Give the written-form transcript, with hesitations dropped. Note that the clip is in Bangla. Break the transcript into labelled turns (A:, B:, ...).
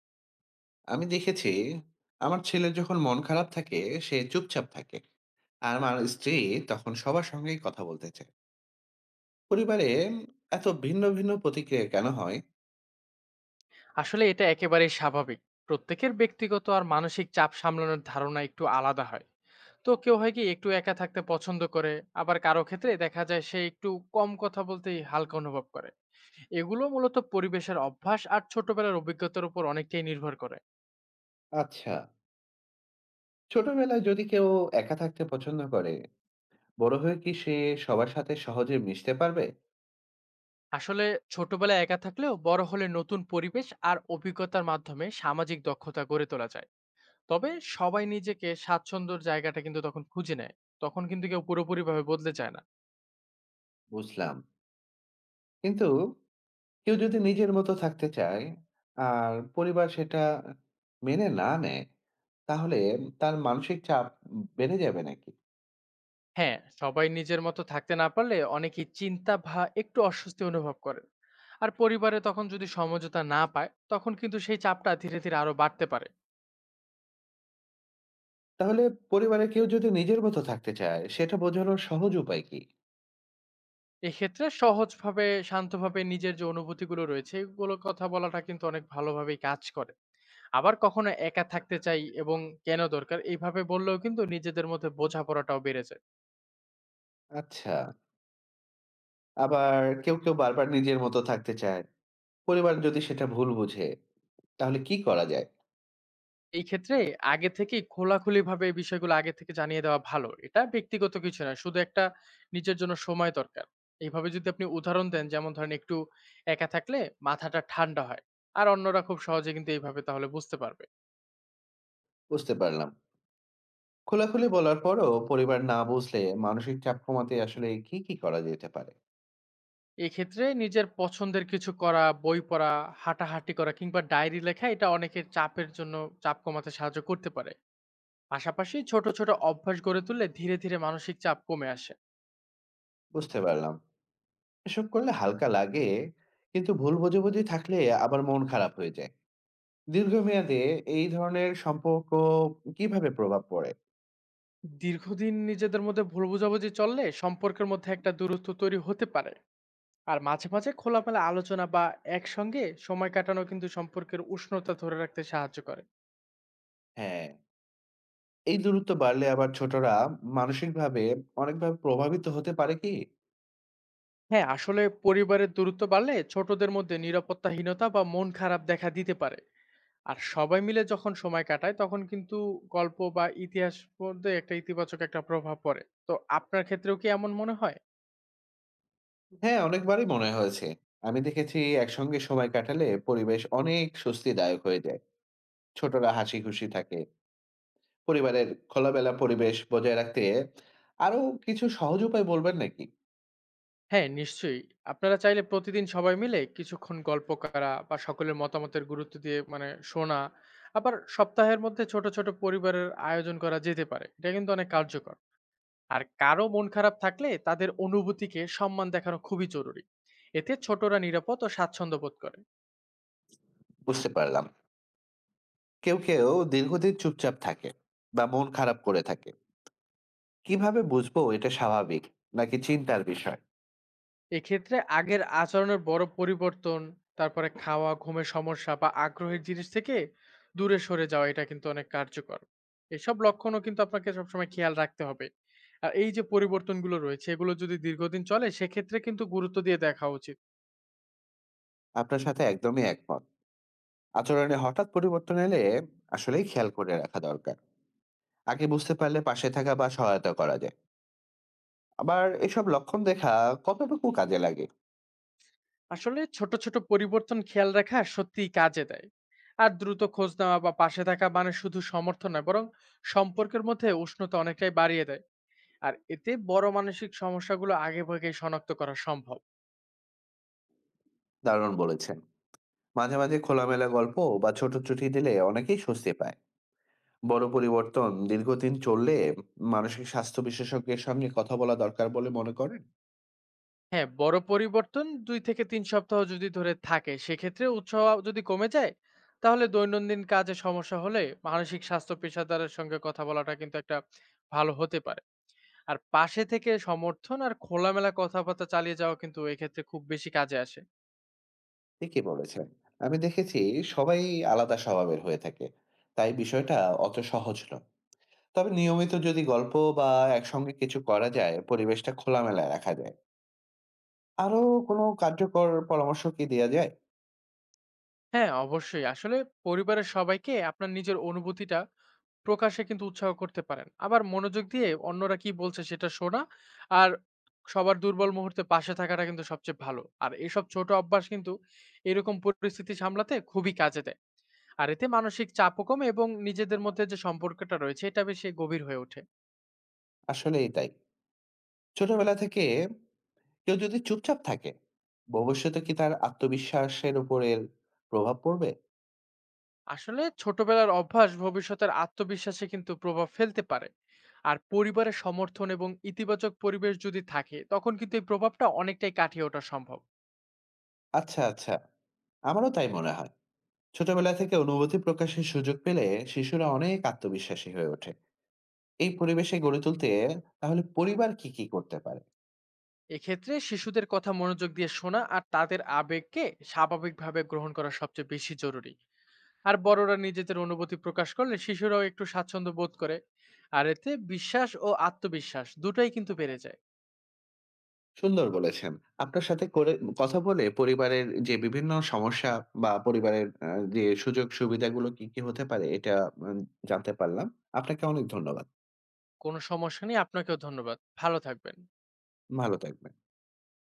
A: আমি দেখেছি আমার ছেলে যখন মন খারাপ থাকে সে চুপচাপ থাকে। আর আমার স্ত্রী তখন সবার সঙ্গেই কথা বলতে চায়। পরিবারে এত ভিন্ন ভিন্ন প্রতিক্রিয়া কেন হয়?
B: আসলে এটা একেবারেই স্বাভাবিক। প্রত্যেকের ব্যক্তিগত আর মানসিক চাপ সামলানোর ধারণা একটু আলাদা হয়। তো কেউ হয় কি একটু একা থাকতে পছন্দ করে, আবার কারো ক্ষেত্রে দেখা যায় সে একটু কম কথা বলতেই হালকা অনুভব করে। এগুলো মূলত পরিবেশের অভ্যাস আর ছোটবেলার অভিজ্ঞতার উপর অনেকটাই নির্ভর করে।
A: আচ্ছা, ছোটবেলায় যদি কেউ একা থাকতে পছন্দ করে, বড় হয়ে কি সে সবার সাথে সহজে মিশতে পারবে?
B: আসলে ছোটবেলায় একা থাকলেও বড় হলে নতুন পরিবেশ আর অভিজ্ঞতার মাধ্যমে সামাজিক দক্ষতা গড়ে তোলা যায়। তবে সবাই নিজেকে স্বাচ্ছন্দ্যর জায়গাটা কিন্তু তখন খুঁজে নেয়, তখন কিন্তু কেউ পুরোপুরিভাবে বদলে যায় না।
A: বুঝলাম, কিন্তু কেউ যদি নিজের মতো থাকতে চায় আর পরিবার সেটা মেনে না নেয়, তাহলে তার মানসিক চাপ বেড়ে যাবে নাকি?
B: হ্যাঁ, সবাই নিজের মতো থাকতে না পারলে অনেকেই চিন্তা ভা একটু অস্বস্তি অনুভব করেন। আর পরিবারে তখন যদি সমঝোতা না পায়, তখন কিন্তু সেই চাপটা ধীরে, ধীরে আরো বাড়তে পারে।
A: তাহলে পরিবারের কেউ যদি নিজের মতো থাকতে চায়, সেটা বোঝানোর সহজ উপায় কি?
B: এক্ষেত্রে সহজভাবে, শান্তভাবে নিজের যে অনুভূতিগুলো রয়েছে, এগুলোর কথা বলাটা কিন্তু অনেক ভালোভাবেই কাজ করে। আবার কখনো একা থাকতে চাই এবং কেন দরকার, এইভাবে বললেও কিন্তু নিজেদের মধ্যে বোঝাপড়াটাও বেড়ে যায়।
A: আচ্ছা। আবার কেউ বারবার নিজের মতো থাকতে চায়। পরিবার যদি সেটা ভুল বুঝে, তাহলে কি করা যায়?
B: এই ক্ষেত্রে আগে থেকেই খোলাখুলিভাবে এই বিষয়গুলো আগে থেকে জানিয়ে দেওয়া ভালো। এটা ব্যক্তিগত কিছু না। শুধু একটা নিজের জন্য সময় দরকার। এইভাবে যদি আপনি উদাহরণ দেন, যেমন ধরেন একটু একা থাকলে মাথাটা ঠান্ডা হয়। আর অন্যরা খুব সহজে কিন্তু এইভাবে তাহলে বুঝতে পারবে।
A: বুঝতে পারলাম। খোলাখুলি বলার পরও পরিবার না বুঝলে মানসিক চাপ কমাতে আসলে কি করা যেতে পারে?
B: এক্ষেত্রে নিজের পছন্দের কিছু করা, বই পড়া, হাঁটাহাঁটি করা কিংবা ডায়েরি লেখা এটা অনেকের চাপের জন্য চাপ কমাতে সাহায্য করতে পারে। পাশাপাশি ছোট, ছোট অভ্যাস গড়ে তুললে ধীরে, ধীরে মানসিক চাপ কমে আসে।
A: বুঝতে পারলাম। এসব করলে হালকা লাগে, কিন্তু ভুল বোঝাবুঝি থাকলে আবার মন খারাপ হয়ে যায়। দীর্ঘমেয়াদে এই ধরনের সম্পর্ক কিভাবে প্রভাব পড়ে?
B: দীর্ঘদিন নিজেদের মধ্যে ভুল বোঝাবুঝি চললে সম্পর্কের মধ্যে একটা দূরত্ব তৈরি হতে পারে। আর মাঝে মাঝে খোলামেলা আলোচনা বা একসঙ্গে সময় কাটানো কিন্তু সম্পর্কের উষ্ণতা ধরে রাখতে সাহায্য করে।
A: হ্যাঁ। এই দূরত্ব বাড়লে আবার ছোটরা মানসিকভাবে অনেকভাবে প্রভাবিত হতে পারে কি?
B: হ্যাঁ, আসলে পরিবারের দূরত্ব বাড়লে ছোটদের মধ্যে নিরাপত্তাহীনতা বা মন খারাপ দেখা দিতে পারে। আর সবাই মিলে যখন সময় কাটায় তখন কিন্তু গল্প বা ইতিহাস মধ্যে একটা ইতিবাচক একটা প্রভাব পড়ে। তো আপনার ক্ষেত্রেও কি এমন মনে হয়?
A: হ্যাঁ, অনেকবারই মনে হয়েছে। আমি দেখেছি একসঙ্গে সময় কাটালে পরিবেশ অনেক স্বস্তিদায়ক হয়ে যায়। ছোটরা হাসি-খুশি থাকে। পরিবারের খোলামেলা পরিবেশ বজায় রাখতে আরো কিছু সহজ উপায় বলবেন নাকি?
B: হ্যাঁ, নিশ্চয়ই। আপনারা চাইলে প্রতিদিন সবাই মিলে কিছুক্ষণ গল্প করা বা সকলের মতামতের গুরুত্ব দিয়ে মানে শোনা, আবার সপ্তাহের মধ্যে ছোট, ছোট পরিবারের আয়োজন করা যেতে পারে। এটা কিন্তু অনেক কার্যকর। আর কারো মন খারাপ থাকলে তাদের অনুভূতিকে সম্মান দেখানো খুবই জরুরি। এতে ছোটরা নিরাপদ ও স্বাচ্ছন্দ্য বোধ করে।
A: বুঝতে পারলাম। কেউ দীর্ঘদিন চুপচাপ থাকে বা মন খারাপ করে থাকে। কিভাবে বুঝবো এটা স্বাভাবিক নাকি চিন্তার বিষয়?
B: এক্ষেত্রে আগের আচরণের বড় পরিবর্তন, তারপরে খাওয়া, ঘুমের সমস্যা বা আগ্রহের জিনিস থেকে দূরে সরে যাওয়া এটা কিন্তু অনেক কার্যকর। এসব লক্ষণও কিন্তু আপনাকে সবসময় খেয়াল রাখতে হবে। আর এই যে পরিবর্তনগুলো রয়েছে এগুলো যদি দীর্ঘদিন চলে সেক্ষেত্রে কিন্তু গুরুত্ব দিয়ে দেখা উচিত।
A: আপনার সাথে একদমই একমত। আচরণে হঠাৎ পরিবর্তন এলে আসলেই খেয়াল করে রাখা দরকার। আগে বুঝতে পারলে পাশে থাকা বা সহায়তা করা যায়। আবার এসব লক্ষণ দেখা কতটুকু কাজে লাগে?
B: আসলে ছোট, ছোট পরিবর্তন খেয়াল রাখা সত্যিই কাজে দেয়। আর দ্রুত খোঁজ নেওয়া বা পাশে থাকা মানে শুধু সমর্থন নয় বরং সম্পর্কের মধ্যে উষ্ণতা অনেকটাই বাড়িয়ে দেয়। আর এতে বড় মানসিক সমস্যাগুলো আগেভাগেই শনাক্ত করা সম্ভব।
A: দারুণ বলেছেন। মাঝে মাঝে খোলামেলা গল্প বা ছোট চিঠি দিলে অনেকেই স্বস্তি পায়। বড় পরিবর্তন দীর্ঘদিন চললে মানসিক স্বাস্থ্য বিশেষজ্ঞের সঙ্গে কথা বলা দরকার বলে মনে করেন?
B: হ্যাঁ, বড় পরিবর্তন ২-৩ সপ্তাহ যদি ধরে থাকে, সেক্ষেত্রে উৎসাহ যদি কমে যায়, তাহলে দৈনন্দিন কাজে সমস্যা হলে মানসিক স্বাস্থ্য পেশাদারের সঙ্গে কথা বলাটা কিন্তু একটা ভালো হতে পারে। আর পাশে থেকে সমর্থন আর খোলামেলা কথাবার্তা চালিয়ে যাওয়া কিন্তু এক্ষেত্রে খুব বেশি কাজে আসে।
A: ঠিকই বলেছেন। আমি দেখেছি সবাই আলাদা স্বভাবের হয়ে থাকে, তাই বিষয়টা অত সহজ নয়। তবে নিয়মিত যদি গল্প বা একসঙ্গে কিছু করা যায়, পরিবেশটা খোলামেলা রাখা যায়। আরো কোনো কার্যকর পরামর্শ কি দেয়া যায়?
B: হ্যাঁ, অবশ্যই। আসলে পরিবারের সবাইকে আপনার নিজের অনুভূতিটা প্রকাশে কিন্তু উৎসাহ করতে পারেন। আবার মনোযোগ দিয়ে অন্যরা কি বলছে সেটা শোনা আর সবার দুর্বল মুহূর্তে পাশে থাকাটা কিন্তু সবচেয়ে ভালো। আর এসব ছোট অভ্যাস কিন্তু এরকম পরিস্থিতি সামলাতে খুবই কাজে দেয়। আর এতে মানসিক চাপও কমে এবং নিজেদের মধ্যে যে সম্পর্কটা রয়েছে এটা বেশি গভীর হয়ে ওঠে।
A: আসলেই তাই। ছোটবেলা থেকে কেউ যদি চুপচাপ থাকে, ভবিষ্যতে কি তার আত্মবিশ্বাসের উপরের প্রভাব পড়বে?
B: আসলে ছোটবেলার অভ্যাস ভবিষ্যতের আত্মবিশ্বাসে কিন্তু প্রভাব ফেলতে পারে। আর পরিবারের সমর্থন এবং ইতিবাচক পরিবেশ যদি থাকে তখন কিন্তু এই প্রভাবটা অনেকটাই কাটিয়ে ওঠা সম্ভব।
A: আচ্ছা, আচ্ছা। আমারও তাই মনে হয়। ছোটবেলা থেকে অনুভূতি প্রকাশের সুযোগ পেলে শিশুরা অনেক আত্মবিশ্বাসী হয়ে ওঠে। এই পরিবেশে গড়ে তুলতে তাহলে পরিবার কি করতে পারে?
B: এক্ষেত্রে শিশুদের কথা মনোযোগ দিয়ে শোনা আর তাদের আবেগকে স্বাভাবিকভাবে গ্রহণ করা সবচেয়ে বেশি জরুরি। আর বড়রা নিজেদের অনুভূতি প্রকাশ করলে শিশুরাও একটু স্বাচ্ছন্দ্য বোধ করে। আর এতে বিশ্বাস ও আত্মবিশ্বাস দুটাই কিন্তু বেড়ে যায়।
A: সুন্দর বলেছেন। আপনার সাথে করে কথা বলে পরিবারের যে বিভিন্ন সমস্যা বা পরিবারের যে সুযোগ সুবিধাগুলো কি হতে পারে এটা আ জানতে পারলাম। আপনাকে অনেক ধন্যবাদ।
B: কোনো সমস্যা নেই, আপনাকেও ধন্যবাদ। ভালো থাকবেন।
A: ভালো থাকবেন।